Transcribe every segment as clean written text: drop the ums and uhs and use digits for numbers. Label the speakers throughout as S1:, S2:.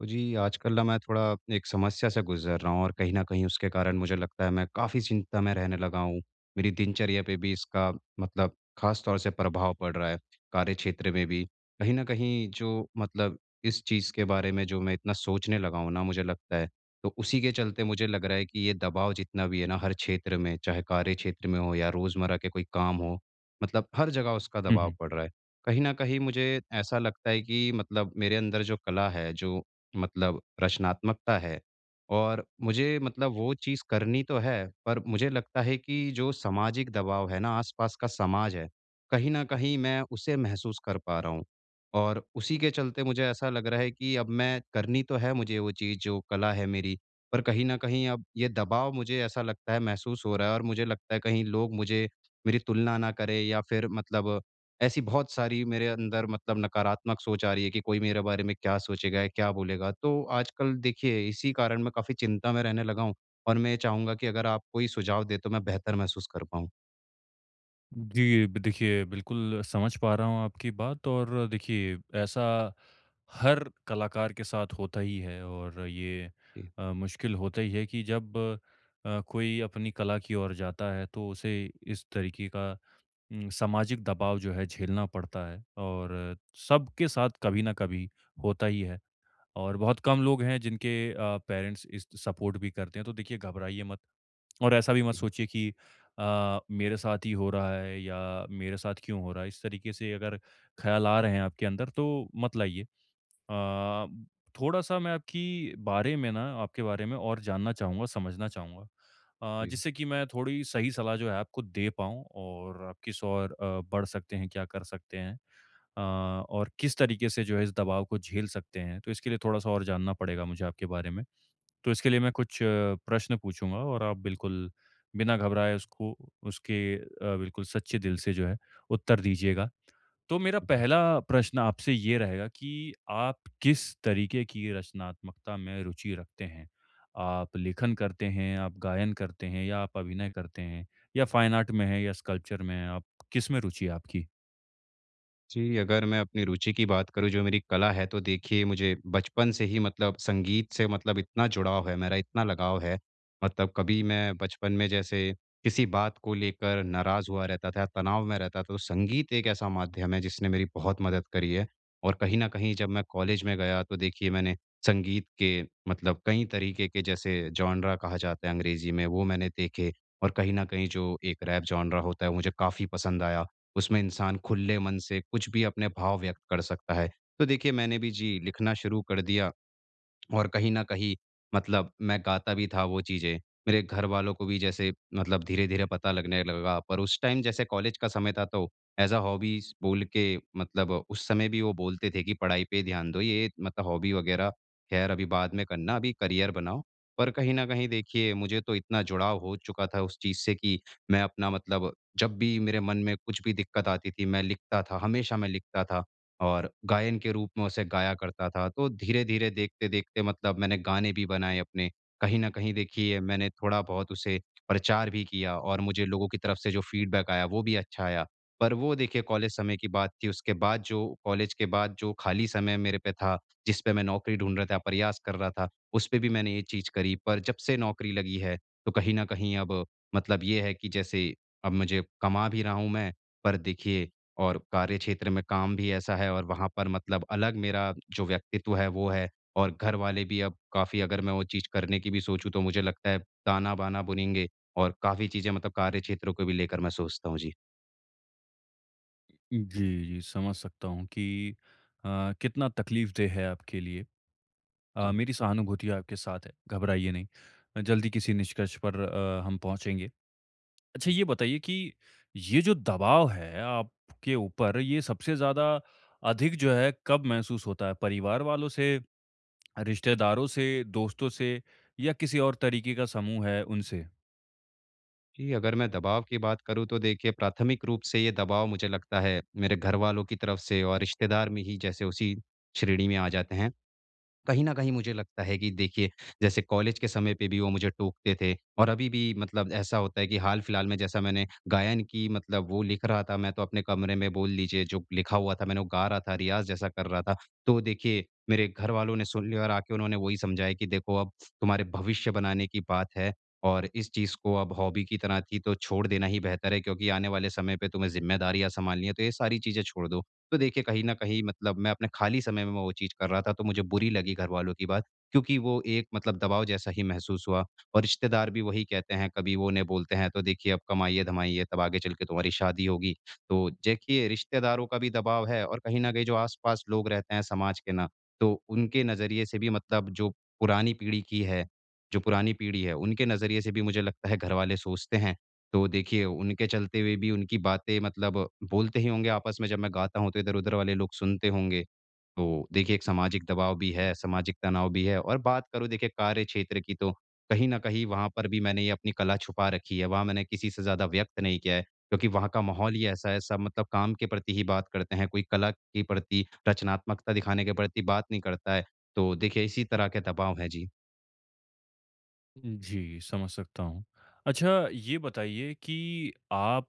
S1: तो जी, आजकल ना मैं थोड़ा एक समस्या से गुज़र रहा हूँ और कहीं न कहीं उसके कारण मुझे लगता है मैं काफ़ी चिंता में रहने लगा हूँ। मेरी दिनचर्या पे भी इसका मतलब ख़ास तौर से प्रभाव पड़ रहा है, कार्यक्षेत्र में भी। कहीं न कहीं जो मतलब इस चीज़ के बारे में जो मैं इतना सोचने लगा हूँ ना मुझे लगता है, तो उसी के चलते मुझे लग रहा है कि ये दबाव जितना भी है ना हर क्षेत्र में, चाहे कार्यक्षेत्र में हो या रोज़मर्रा के कोई काम हो, मतलब हर जगह उसका
S2: हुँ,
S1: दबाव
S2: हुँ।
S1: पड़ रहा है। कहीं न कहीं मुझे ऐसा लगता है कि मतलब मेरे अंदर जो कला है, जो मतलब रचनात्मकता है, और मुझे मतलब वो चीज़ करनी तो है, पर मुझे लगता है कि जो सामाजिक दबाव है ना, आस-पास का समाज है, कहीं न कहीं मैं उसे महसूस कर पा रहा हूँ। और उसी के चलते मुझे ऐसा लग रहा है कि अब मैं करनी तो है मुझे वो चीज़ जो कला है मेरी, पर कहीं न कहीं अब ये दबाव मुझे ऐसा लगता है महसूस हो रहा है, और मुझे लगता है कहीं लोग मुझे मेरी तुलना ना करें या फिर मतलब ऐसी बहुत सारी मेरे अंदर मतलब नकारात्मक सोच आ रही है कि कोई मेरे बारे में क्या सोचेगा, क्या बोलेगा? तो आजकल देखिए इसी कारण मैं काफ़ी चिंता में रहने लगा हूँ, और मैं ये चाहूँगा कि अगर आप कोई सुझाव दें तो मैं बेहतर महसूस कर पाऊँ।
S2: जी, ब देखिए बिल्कुल समझ पा रहा हूँ आपकी बात और देखिए ऐसा हर कलाकार के साथ होता ही है और ये
S1: जी,
S2: मुश्किल होता ही है कि जब कोई अपनी कला की ओर जाता है तो उसे इस तरीके का सामाजिक दबाव जो है झेलना पड़ता है और सबके साथ कभी न कभी होता ही है और बहुत कम लोग हैं जिनके पेरेंट्स इस सपोर्ट भी करते हैं, तो देखिए घबराइए मत। और ऐसा भी मत
S1: जी,
S2: सोचिए कि मेरे साथ ही हो रहा है या मेरे साथ क्यों हो रहा है, इस तरीके से अगर ख़्याल आ रहे हैं आपके अंदर तो मत लाइए। अ, थोड़ा-सा मैं आपकी बारे में ना आपके बारे में और जानना चाहूँगा, समझना चाहूँगा।
S1: जी,
S2: जिससे कि मैं थोड़ी सही सलाह जो है आपको दे पाऊँ और आप किस ओर बढ़ सकते हैं, क्या कर सकते हैं और किस तरीके से जो है इस दबाव को झेल सकते हैं। तो इसके लिए थोड़ा-सा और जानना पड़ेगा मुझे आपके बारे में। तो इसके लिए मैं कुछ प्रश्न पूछूँगा और आप बिल्कुल बिना घबराए उसको उसके बिल्कुल सच्चे दिल से जो है उत्तर दीजिएगा। तो मेरा
S1: बिल्कुल।
S2: पहला प्रश्न आपसे ये रहेगा कि आप किस तरीके की रचनात्मकता में रुचि रखते हैं? आप लेखन करते हैं, आप गायन करते हैं या आप अभिनय करते हैं या फाइन आर्ट में हैं या स्कल्पचर में हैं, आप किस में रुचि है आपकी?
S1: जी, अगर मैं अपनी रुचि की बात करूँ, जो मेरी कला है, तो देखिए मुझे बचपन से ही मतलब संगीत से मतलब इतना जुड़ाव है मेरा, इतना लगाव है। मतलब कभी मैं बचपन में जैसे किसी बात को लेकर नाराज़ हुआ रहता था, तनाव में रहता था, तो संगीत एक ऐसा माध्यम है जिसने मेरी बहुत मदद करी है। और कहीं न कहीं जब मैं कॉलेज में गया तो देखिए मैंने संगीत के मतलब कई तरीके के जैसे जॉनरा कहा जाता है अंग्रेज़ी में, वो मैंने देखे, और कहीं न कहीं जो एक रैप जॉनरा होता है, वो मुझे काफ़ी पसंद आया। उसमें इंसान खुले मन से कुछ भी अपने भाव व्यक्त कर सकता है। तो देखिए मैंने भी जी, लिखना शुरू कर दिया, और कहीं न कहीं मतलब मैं गाता भी था वो चीज़ें। मेरे घरवालों को भी जैसे मतलब धीरे-धीरे पता लगने लगा, पर उस टाइम जैसे कॉलेज का समय था तो ऐज़ अ हॉबीज़ बोल के मतलब उस समय भी वो बोलते थे कि पढ़ाई पे ध्यान दो, ये मतलब हॉबी वग़ैरह ख़ैर अभी बाद में करना, अभी करियर बनाओ। पर कहीं न कहीं देखिए मुझे तो इतना जुड़ाव हो चुका था उस चीज़ से कि मैं अपना मतलब जब भी मेरे मन में कुछ भी दिक्कत आती थी, मैं लिखता था, हमेशा मैं लिखता था। और गायन के रूप में उसे गाया करता था। तो धीरे-धीरे, देखते-देखते मतलब मैंने गाने भी बनाए अपने। कहीं न कहीं देखिए मैंने थोड़ा-बहुत उसे प्रचार भी किया, और मुझे लोगों की तरफ से जो फ़ीडबैक आया वो भी अच्छा आया। पर वो देखिए कॉलेज समय की बात थी। उसके बाद जो कॉलेज के बाद जो खाली समय मेरे पे था, जिस पे मैं नौकरी ढूँढ रहा था, प्रयास कर रहा था, उस पे भी मैंने ये चीज़ करी। पर जब से नौकरी लगी है, तो कहीं न कहीं अब मतलब ये है कि जैसे अब मुझे कमा भी रहा हूँ मैं, पर देखिए और कार्य क्षेत्र में काम भी ऐसा है और वहाँ पर मतलब अलग मेरा जो व्यक्तित्व है वो है, और घर वाले भी अब काफ़ी अगर मैं वो चीज़ करने की भी सोचूँ तो मुझे लगता है ताना-बाना बुनेंगे, और काफ़ी चीज़ें मतलब कार्य क्षेत्रों को भी लेकर मैं सोचता हूँ। जी,
S2: जी, जी, समझ सकता हूँ कि कितना तकलीफ़देह है आपके लिए।
S1: जी,
S2: मेरी सहानुभूति आपके साथ है, घबराइए नहीं। जल्दी किसी निष्कर्ष पर हम पहुँचेंगे। अच्छा
S1: जी।
S2: ये बताइए कि ये जो दबाव है आपके ऊपर, ये सबसे ज़्यादा अधिक जो है कब महसूस होता है? परिवार वालों से, रिश्तेदारों से, दोस्तों से या किसी और तरीके का समूह है, उनसे?
S1: जी, अगर मैं दबाव की बात करूँ तो देखिए प्राथमिक रूप से ये दबाव मुझे लगता है मेरे घर वालों की तरफ से और रिश्तेदार में ही जैसे उसी श्रेणी में आ जाते हैं। कहीं न कहीं मुझे लगता है कि देखिए, जैसे कॉलेज के समय पे भी वो मुझे टोकते थे, और अभी भी मतलब ऐसा होता है कि हाल-फिलहाल में जैसा मैंने गायन की मतलब वो लिख रहा था, मैं तो अपने कमरे में बोल लीजिए जो लिखा हुआ था मैंने वो गा रहा था, रियाज़ जैसा कर रहा था। तो देखिए, मेरे घरवालों ने सुन लिया और आके उन्होंने वही समझाया कि देखो अब तुम्हारे भविष्य बनाने की बात है, और इस चीज़ को अब हॉबी की तरह थी तो छोड़ देना ही बेहतर है क्योंकि आने वाले समय पे तुम्हें ज़िम्मेदारियाँ सँभालनी है, तो ये सारी चीज़ें छोड़ दो। तो देखिए कहीं न कहीं मतलब मैं अपने खाली समय में वो चीज़ कर रहा था तो मुझे बुरी लगी घरवालों की बात, क्योंकि वो एक मतलब दबाव जैसा ही महसूस हुआ, और रिश्तेदार भी वही कहते हैं, कभी वो उन्हें बोलते हैं तो देखिए अब कमाइए-धमाइए तब आगे चल के तुम्हारी शादी होगी। तो देखिए रिश्तेदारों का भी दबाव है, और कहीं न कहीं जो आस-पास लोग रहते हैं समाज के ना, तो उनके नज़रिए से भी मतलब जो पुरानी पीढ़ी की है, जो पुरानी पीढ़ी है, उनके नज़रिए से भी मुझे लगता है घरवाले सोचते हैं। तो देखिए, उनके चलते हुए भी उनकी बातें मतलब बोलते ही होंगे आपस में जब मैं गाता हूँ, तो इधर-उधर वाले लोग सुनते होंगे। तो देखिए, एक सामाजिक दबाव भी है, सामाजिक तनाव भी है, और बात करूँ देखिए कार्य क्षेत्र की तो कहीं न कहीं वहाँ पर भी मैंने ये अपनी कला छुपा रखी है। वहाँ मैंने किसी से ज़्यादा व्यक्त नहीं किया है क्योंकि वहाँ का माहौल ही ऐसा है, सब मतलब काम के प्रति ही बात करते हैं, कोई कला के प्रति, रचनात्मकता दिखाने के प्रति बात नहीं करता है। तो देखिए, इसी तरह के दबाव हैं।
S2: जी, समझ सकता हूँ। अच्छा ये बताइए कि आप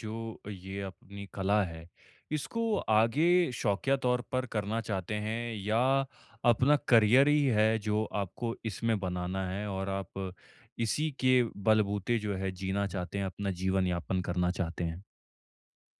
S2: जो ये अपनी कला है, इसको आगे शौकिया तौर पर करना चाहते हैं या अपना करियर ही है जो आपको इसमें बनाना है और आप इसी के बलबूते जो है जीना
S1: जी।
S2: चाहते हैं, अपना जीवन यापन करना चाहते हैं?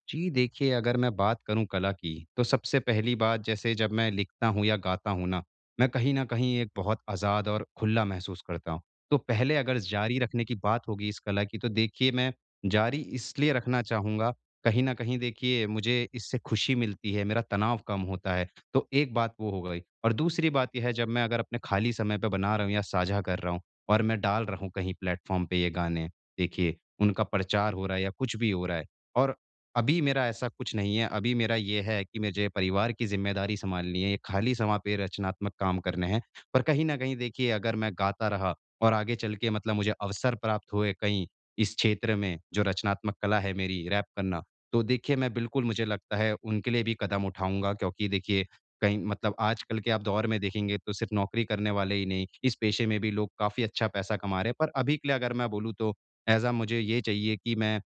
S1: जी, देखिए अगर मैं बात करूँ कला की, तो सबसे पहली बात जैसे जब मैं लिखता हूँ या गाता हूँ ना, मैं कहीं न कहीं एक बहुत आज़ाद और खुला महसूस करता हूँ। तो पहले अगर जारी रखने की बात होगी इस कला की, तो देखिए मैं जारी इसलिए रखना चाहूँगा, कहीं न कहीं देखिए मुझे इससे खुशी मिलती है, मेरा तनाव कम होता है, तो एक बात वो हो गई। और दूसरी बात ये है जब मैं अगर अपने खाली समय पे बना रहा हूँ या साझा कर रहा हूँ, और मैं डाल रहा हूँ कहीं प्लेटफ़ॉर्म पे ये गाने, देखिए उनका प्रचार हो रहा है या कुछ भी हो रहा है। और अभी मेरा ऐसा कुछ नहीं है, अभी मेरा ये है कि मुझे परिवार की ज़िम्मेदारी सँभालनी है, ये खाली समय पे रचनात्मक काम करने हैं। पर कहीं न कहीं देखिए अगर मैं गाता रहा और आगे चल के मतलब मुझे अवसर प्राप्त हुए कहीं इस क्षेत्र में जो रचनात्मक कला है मेरी रैप करना, तो देखिए मैं बिल्कुल मुझे लगता है उनके लिए भी कदम उठाऊँगा, क्योंकि देखिए कहीं मतलब आजकल के आप दौर में देखेंगे तो सिर्फ़ नौकरी करने वाले ही नहीं, इस पेशे में भी लोग काफ़ी अच्छा पैसा कमा रहे हैं। पर अभी के लिए अगर मैं बोलूँ तो ऐज़ अ मुझे ये चाहिए कि मैं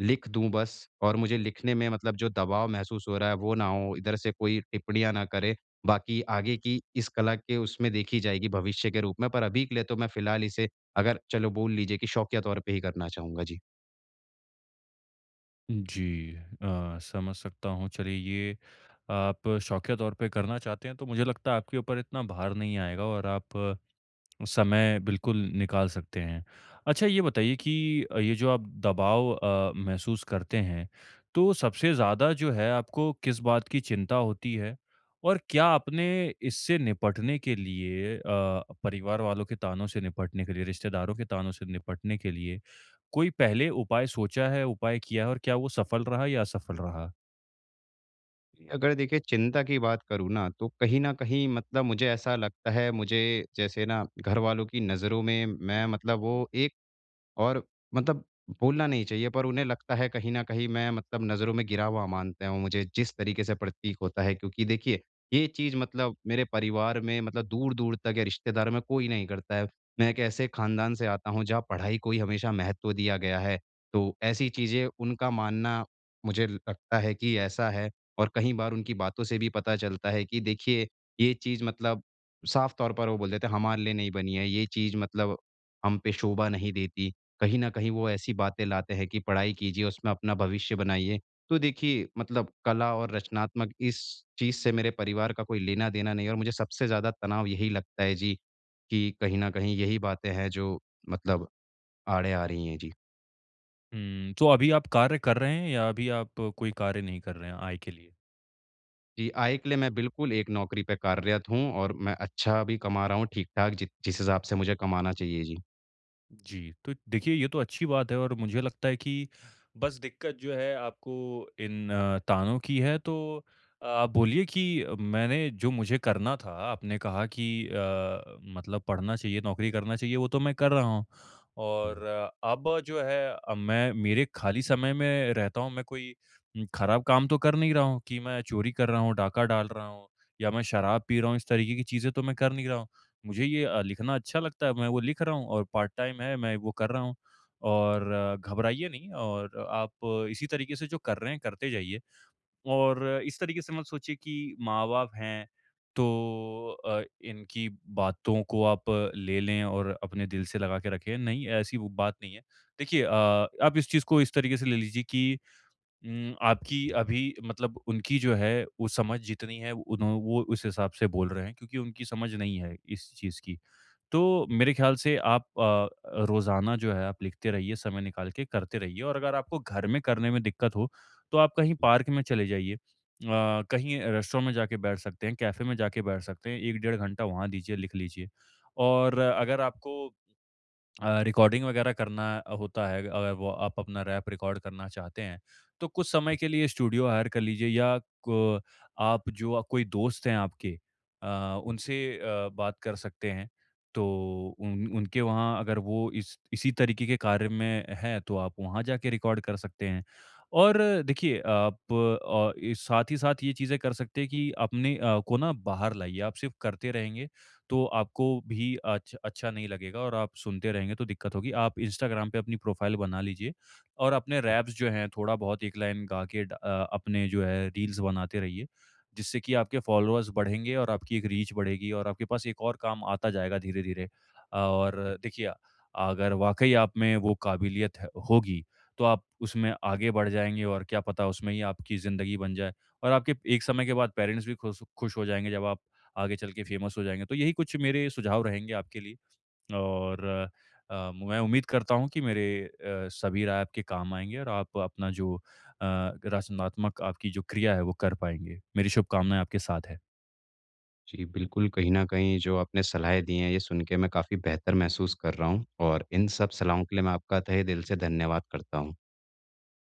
S1: लिख दूँ बस, और मुझे लिखने में मतलब जो दबाव महसूस हो रहा है वो ना हो, इधर से कोई टिप्पणियाँ ना करे। बाकी आगे की इस कला के उसमें देखी जाएगी भविष्य के रूप में, पर अभी के लिए तो मैं फ़िलहाल इसे अगर चलो बोल लीजिए कि शौकिया तौर पे ही करना चाहूँगा। जी।
S2: जी, समझ सकता हूँ। चलिए ये आप शौकिया तौर पे करना चाहते हैं तो मुझे लगता है आपके ऊपर इतना भार नहीं आएगा और आप समय बिल्कुल निकाल सकते हैं। अच्छा ये बताइए कि ये जो आप दबाव महसूस करते हैं, तो सबसे ज़्यादा जो है आपको किस बात की चिंता होती है? और क्या आपने इससे निपटने के लिए, परिवार वालों के तानों से निपटने के लिए, रिश्तेदारों के तानों से निपटने के लिए कोई पहले उपाय सोचा है, उपाय किया है और क्या वो सफल रहा या असफल रहा?
S1: अगर देखिए चिंता की बात करूँ ना, तो कहीं न कहीं मतलब मुझे ऐसा लगता है मुझे जैसे ना घरवालों की नज़रों में मैं मतलब वो एक और मतलब बोलना नहीं चाहिए पर उन्हें लगता है कहीं न कहीं मैं मतलब नज़रों में गिरा हुआ मानते हैं वो मुझे जिस तरीके से प्रतीक होता है, क्योंकि देखिए, ये चीज़ मतलब मेरे परिवार में मतलब दूर-दूर तक या रिश्तेदारों में कोई नहीं करता है। मैं एक ऐसे ख़ानदान से आता हूँ जहाँ पढ़ाई को ही हमेशा महत्व दिया गया है। तो ऐसी चीज़ें उनका मानना मुझे लगता है कि ऐसा है, और कई बार उनकी बातों से भी पता चलता है कि देखिए, ये चीज़ मतलब साफ़ तौर पर वो बोल देते हैं हमारे लिए नहीं बनी है, ये चीज़ मतलब हम पे शोभा नहीं देती। कहीं न कहीं वो ऐसी बातें लाते हैं कि पढ़ाई कीजिए, उसमें अपना भविष्य बनाइए। तो देखिए मतलब कला और रचनात्मक इस चीज़ से मेरे परिवार का कोई लेना-देना नहीं है, और मुझे सबसे ज़्यादा तनाव यही लगता है जी, कि कहीं न कहीं यही बातें हैं जो मतलब आड़े आ रही हैं। जी।
S2: हुँ, तो अभी आप कार्य कर रहे हैं या अभी आप कोई कार्य नहीं कर रहे हैं आय के लिए?
S1: जी, आय के लिए मैं बिल्कुल एक नौकरी पे कार्यरत हूँ और मैं अच्छा भी कमा रहा हूँ ठीक-ठाक जि जिस जिस हिसाब से मुझे कमाना चाहिए। जी।
S2: जी, तो देखिए ये तो अच्छी बात है और मुझे लगता है कि बस दिक्कत जो है आपको इन तानों की है, तो आप बोलिए कि मैंने जो मुझे करना था, आपने कहा कि मतलब पढ़ना चाहिए, नौकरी करना चाहिए वो तो मैं कर रहा हूँ और
S1: हुँ,
S2: अब जो है अब मैं मेरे खाली समय में रहता हूँ, मैं कोई खराब काम तो कर नहीं रहा हूँ कि मैं चोरी कर रहा हूँ, डाका डाल रहा हूँ या मैं शराब पी रहा हूँ, इस तरीके की चीज़ें तो मैं कर नहीं रहा हूँ। मुझे ये लिखना अच्छा लगता है, मैं वो लिख रहा हूँ और पार्ट टाइम है, मैं वो कर रहा हूँ। और घबराइए नहीं और आप इसी तरीके से जो कर रहे हैं, करते जाइए और इस तरीके से मत सोचिए कि माँ-बाप हैं, तो इनकी बातों को आप ले लें और अपने दिल से लगा के रखें। नहीं, ऐसी वो बात नहीं है। देखिए, आप इस चीज़ को इस तरीके से ले लीजिए कि आपकी
S1: हुँ,
S2: अभी मतलब उनकी जो है, वो समझ जितनी है, उन्हों वो उस हिसाब से बोल रहे हैं क्योंकि उनकी समझ नहीं है इस चीज़ की। तो मेरे ख्याल से आप रोज़ाना जो है आप लिखते रहिए, समय निकाल के करते रहिए और अगर आपको घर में करने में दिक्कत हो, तो आप कहीं
S1: हुँ,
S2: पार्क में चले जाइए। कहीं रेस्टोरेंट में जाके बैठ सकते हैं, कैफ़े में जाके बैठ सकते हैं, 1 डेढ़ घंटा वहाँ दीजिए, लिख लीजिए और अगर आपको रिकॉर्डिंग वगैरह करना होता है, अगर वो आप अपना रैप रिकॉर्ड करना चाहते हैं, तो कुछ समय
S1: हुँ,
S2: के लिए स्टूडियो हायर कर लीजिए या क आप जो कोई दोस्त हैं आपके
S1: हुँ।
S2: उनसे बात कर सकते हैं। तो उन उनके वहाँ अगर वो इस इसी तरीके के कार्य में हैं, तो आप वहाँ जाके रिकॉर्ड कर सकते हैं। और देखिए, आप साथ ही साथ ये चीज़ें कर सकते हैं कि अपने को ना बाहर लाइए। आप सिर्फ़ करते रहेंगे तो आपको भी अच्छा नहीं लगेगा और आप सुनते रहेंगे तो दिक्कत होगी। आप इंस्टाग्राम पे अपनी प्रोफ़ाइल बना लीजिए और अपने रैप्स जो हैं थोड़ा-बहुत 1 लाइन गा के, अपने जो है रील्स बनाते रहिए, जिससे कि आपके फ़ॉलोअर्स बढ़ेंगे और आपकी एक रीच बढ़ेगी और आपके पास एक और काम आता जाएगा धीरे-धीरे। और देखिए, अगर वाक़ई आप में वो काबिलियत है होगी, तो आप उसमें आगे बढ़ जाएँगे और क्या पता उसमें ही आपकी ज़िंदगी बन जाए और आपके एक समय के बाद पेरेंट्स भी खुश खुश हो जाएँगे जब आप आगे चल के फेमस हो जाएँगे। तो यही कुछ मेरे सुझाव रहेंगे आपके लिए और मैं उम्मीद करता हूँ कि मेरे सभी राय आपके काम आएँगे और आप अपना जो रचनात्मक आपकी जो क्रिया है वो कर पाएँगे। मेरी शुभकामनाएँ आपके साथ है।
S1: जी, बिल्कुल, कहीं न कहीं जो आपने सलाहें दी हैं, ये सुन के मैं काफ़ी बेहतर महसूस कर रहा हूँ, और इन सब सलाहों के लिए मैं आपका तहे दिल से धन्यवाद करता हूँ।